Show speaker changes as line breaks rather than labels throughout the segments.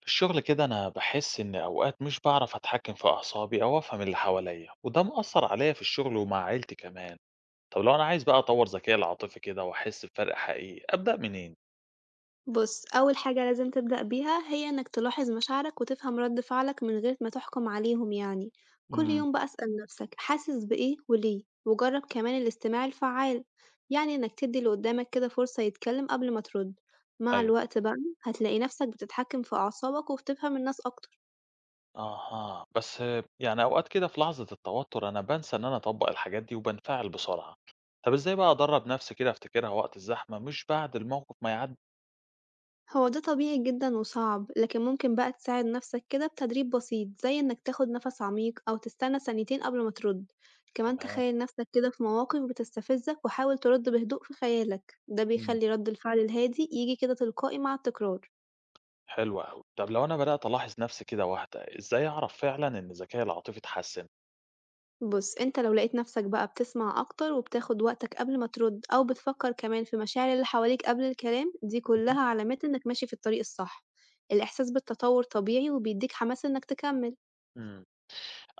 في الشغل كده أنا بحس إن أوقات مش بعرف أتحكم في أعصابي أو أفهم اللي حواليا وده مأثر عليا في الشغل ومع عيلتي كمان. طب لو أنا عايز بقى أطور ذكائي العاطفي كده وأحس بفرق حقيقي أبدأ منين؟
بُص، أول حاجة لازم تبدأ بيها هي إنك تلاحظ مشاعرك وتفهم رد فعلك من غير ما تحكم عليهم يعني، كل
امم
يوم بقى اسأل نفسك حاسس بإيه وليه، وجرب كمان الاستماع الفعّال، يعني إنك تدّي اللي قدّامك كده فرصة يتكلم قبل ما ترد، مع
أيوه.
الوقت بقى هتلاقي نفسك بتتحكم في أعصابك وبتفهم الناس أكتر.
أها بس يعني أوقات كده في لحظة التوتر أنا بنسى إن أنا أطبق الحاجات دي وبنفعل بسرعة. طب إزاي بقى أدرب نفسي كده أفتكرها وقت الزحمة مش بعد الموقف ما يعدي؟
هو ده طبيعي جدًا وصعب، لكن ممكن بقى تساعد نفسك كده بتدريب بسيط، زي إنك تاخد نفس عميق أو تستنى ثانيتين قبل ما ترد، كمان
تمام.
تخيل نفسك كده في مواقف بتستفزك وحاول ترد بهدوء في خيالك، ده
مم.
بيخلي رد الفعل الهادي ييجي كده تلقائي مع التكرار.
حلو أوي، طب لو أنا بدأت ألاحظ نفسي كده واحدة إزاي أعرف فعلا إن ذكائي العاطفي اتحسن؟
بُص، أنت لو لقيت نفسك بقى بتسمع أكتر وبتاخد وقتك قبل ما ترد أو بتفكر كمان في مشاعر اللي حواليك قبل الكلام، دي كلها علامات إنك ماشي في الطريق الصح. الإحساس بالتطور طبيعي وبيديك حماس إنك تكمل.
إمم.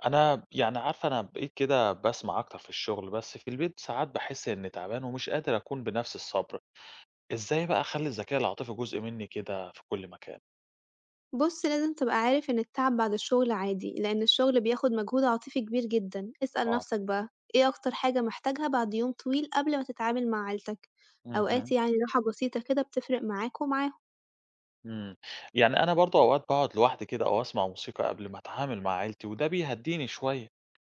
أنا يعني عارفة أنا بقيت كده باسمع أكتر في الشغل، بس في البيت ساعات باحس إنّي تعبان ومش قادر أكون بنفس الصبر. إزاي بقى أخلّي الذكاء العاطفي جزء منّي كده في كل مكان؟
بُص، لازم تبقى عارف إن التعب بعد الشغل عادي، لإن الشغل بياخد مجهود عاطفي كبير جدًا. اسأل
آه.
نفسك بقى، إيه أكتر حاجة محتاجها بعد يوم طويل قبل ما تتعامل مع عيلتك؟ أوقات
اهم.
يعني راحة بسيطة كده بتفرق معاك ومعاهم.
إمم. يعني أنا برضه أوقات باقعد لوحدي كده أو أسمع موسيقى قبل ما أتعامل مع عيلتي وده بيهدّيني شوية.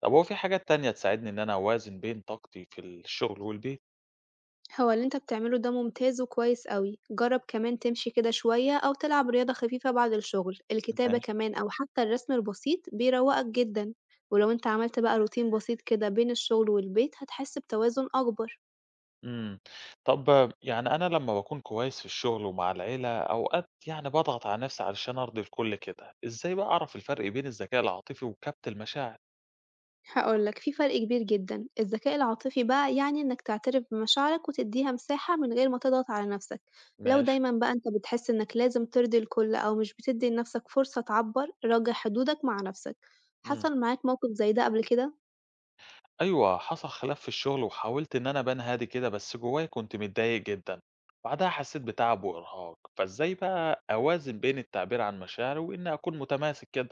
طب هو في حاجات تانية تساعدني إن أنا أوازن بين طاقتي في الشغل والبيت؟
هو اللي أنت بتعمله ده ممتاز وكويس أوي. جرب كمان تمشي كده شوية أو تلعب رياضة خفيفة بعد الشغل. الكتابة
ماشي.
كمان أو حتى الرسم البسيط بيروّقك جدًا، ولو أنت عملت بقى روتين بسيط كده بين الشغل والبيت هتحس بتوازن أكبر.
إمم. طب يعني أنا لمّا باكون كويس في الشغل ومع العيلة، أوقات يعني باضغط على نَفْسي علشان أرضي الكل كده، إزاي بقى أعرف الفرق بين الذكاء العاطفي وكبت المشاعر؟
هاقول لك في فرق كبير جدًا، الذكاء العاطفي بقى يعني إنك تعترف بمشاعرك وتدّيها مساحة من غير ما تضغط على نفسك، لو
ماشي.
دايمًا بقى أنت بتحس إنك لازم ترضي الكل أو مش بتدّي لنفسك فرصة تعبّر، راجع حدودك مع نفسك،
إمم.
حصل معاك موقف زي ده قبل كده؟
أيوه، حصل خلاف في الشغل وحاولت إن أنا أبان هادي كده، بس جوايا كنت متضايق جدًا. بعدها حسيت بتعب وإرهاق، فإزاي بقى أوازن بين التعبير عن مشاعري وإني أكون متماسك كده؟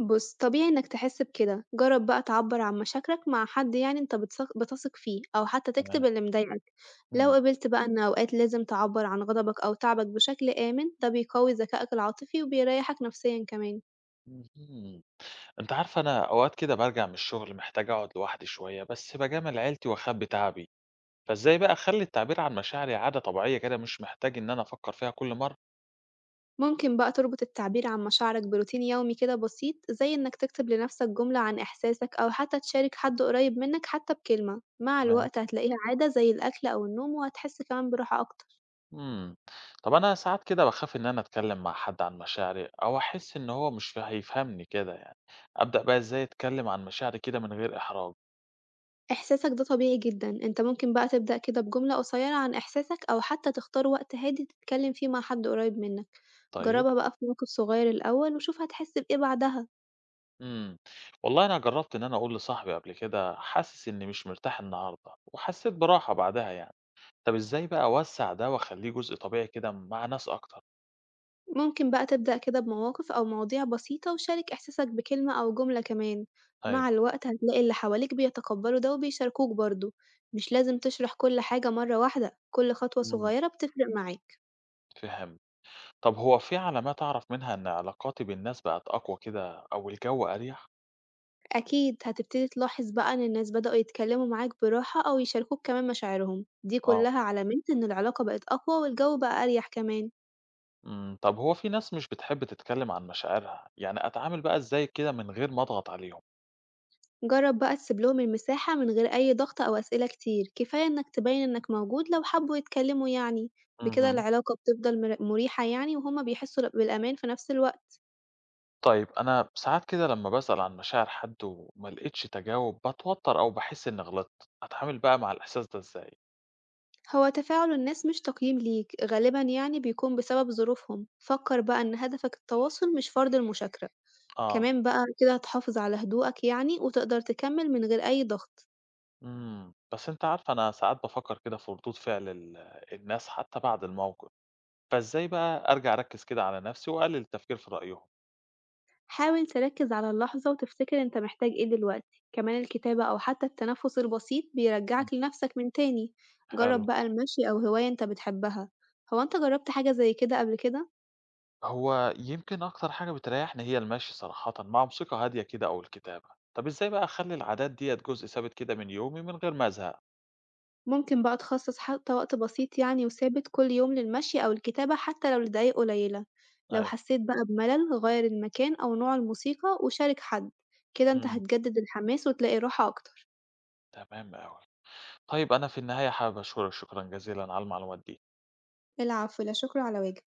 بُص طبيعي إنك تحس بكده، جرّب بقى تعبّر عن مشاكلك مع حد يعني أنت بتثق فيه أو حتى
تمام.
تكتب اللي مضايقك، لو
إمم.
قبلت بقى إن أوقات لازم تعبّر عن غضبك أو تعبك بشكل آمن، ده بيقوي ذكائك العاطفي وبيريحك نفسيًا كمان.
اهم. أنتِ عارفة أنا أوقات كده بارجع من الشغل محتاج أقعد لوحدي شوية، بس باجامل عيلتي وأخبّي تعبي. فإزاي بقى أخلّي التعبير عن مشاعري عادة طبيعية كده مش محتاج إن أنا أفكّر فيها كل مرّة؟
ممكن بقى تربط التعبير عن مشاعرك بروتين يومي كده بسيط زي إنك تكتب لنفسك جملة عن إحساسك أو حتى تشارك حد قريب منك حتى بكلمة مع الوقت
ماشي.
هتلاقيها عادة زي الأكل أو النوم وهتحس كمان براحة أكتر.
إمم. طب أنا ساعات كده باخاف إن أنا أتكلّم مع حد عن مشاعري أو أحس إن هو مش هيفهمني كده يعني، أبدأ بقى إزاي أتكلّم عن مشاعري كده من غير إحراج؟
إحساسك ده طبيعي جدا أنت ممكن بقى تبدأ كده بجملة قصيرة عن إحساسك أو حتى تختار وقت هادي تتكلم فيه مع حد قريب منك.
طيب.
جربها بقى في موقف صغير الأول وشوف هتحس بإيه بعدها.
إمم. والله أنا جرّبت إن أنا أقول لصاحبي قبل كده حاسس إني مش مرتاح النهارده وحسّيت براحة بعدها يعني. طب إزاي بقى أوسّع ده وأخلّيه جزء طبيعي كده مع ناس أكتر؟
ممكن بقى تبدأ كده بمواقف أو مواضيع بسيطة وشارك إحساسك بكلمة أو جملة كمان.
أيوه.
مع الوقت هتلاقي اللي حواليك بيتقبلوا ده وبيشاركوك برضه. مش لازم تشرح كل حاجة مرة واحدة، كل خطوة
إمم.
صغيرة بتفرق معاك.
فهمت. طب هو في علامات أعرف منها إن علاقاتي بالناس بقت أقوى كده أو الجو أريح؟
أكيد هتبتدي تلاحظ بقى إن الناس بدأوا يتكلموا معاك براحة أو يشاركوك كمان مشاعرهم، دي
اه.
كلها علامات إن العلاقة بقت أقوى والجو بقى أريح كمان.
امم، طب هو في ناس مش بتحب تتكلم عن مشاعرها يعني أتعامل بقى إزاي كده من غير ما أضغط عليهم؟
جرب بقى تسيب لهم المساحة من غير أي ضغط أو أسئلة كتير، كفاية إنك تبين إنك موجود لو حبوا يتكلموا يعني، بكده
مهم.
العلاقة بتفضل مريحة يعني وهما بيحسوا بالأمان في نفس الوقت،
طيب أنا ساعات كده لما بسأل عن مشاعر حد وما لقيتش تجاوب بتوتر أو بحس إني غلطت أتعامل بقى مع الإحساس ده إزاي؟
هو تفاعل الناس مش تقييم ليك غالبا يعني بيكون بسبب ظروفهم، فكر بقى إن هدفك التواصل مش فرض المشاكرة،
آه.
كمان بقى كده هتحافظ على هدوءك يعني وتقدر تكمل من غير أي ضغط.
بس أنت عارف أنا ساعات بفكر كده في ردود فعل الناس حتى بعد الموقف، فإزاي بقى أرجع أركز كده على نفسي وأقلل التفكير في رأيهم؟
حاول تركز على اللحظة وتفتكر انت محتاج ايه دلوقتي، كمان الكتابة أو حتى التنفس البسيط بيرجعك لنفسك من تاني.
حلو.
جرب بقى المشي أو هواية انت بتحبها. هو انت جربت حاجة زي كده قبل كده؟
هو يمكن أكتر حاجة بتريحني هي المشي صراحةً، مع موسيقى هادية كده أو الكتابة. طب إزاي بقى أخلّي العادات ديّة جزء ثابت كده من يومي من غير ما أزهق؟
ممكن بقى تخصص حتى وقت بسيط يعني وثابت كل يوم للمشي أو الكتابة حتى لو لدقايق قليلة. لو
أيوه.
حسيت بقى بملل غير المكان أو نوع الموسيقى وشارك حد، كده انت
إمم.
هتجدد الحماس وتلاقي راحة أكتر.
تمام أوي. طيب أنا في النهاية حابب أشكرك شكرًا جزيلًا على المعلومات دي.
العفو، لا شكر على واجب.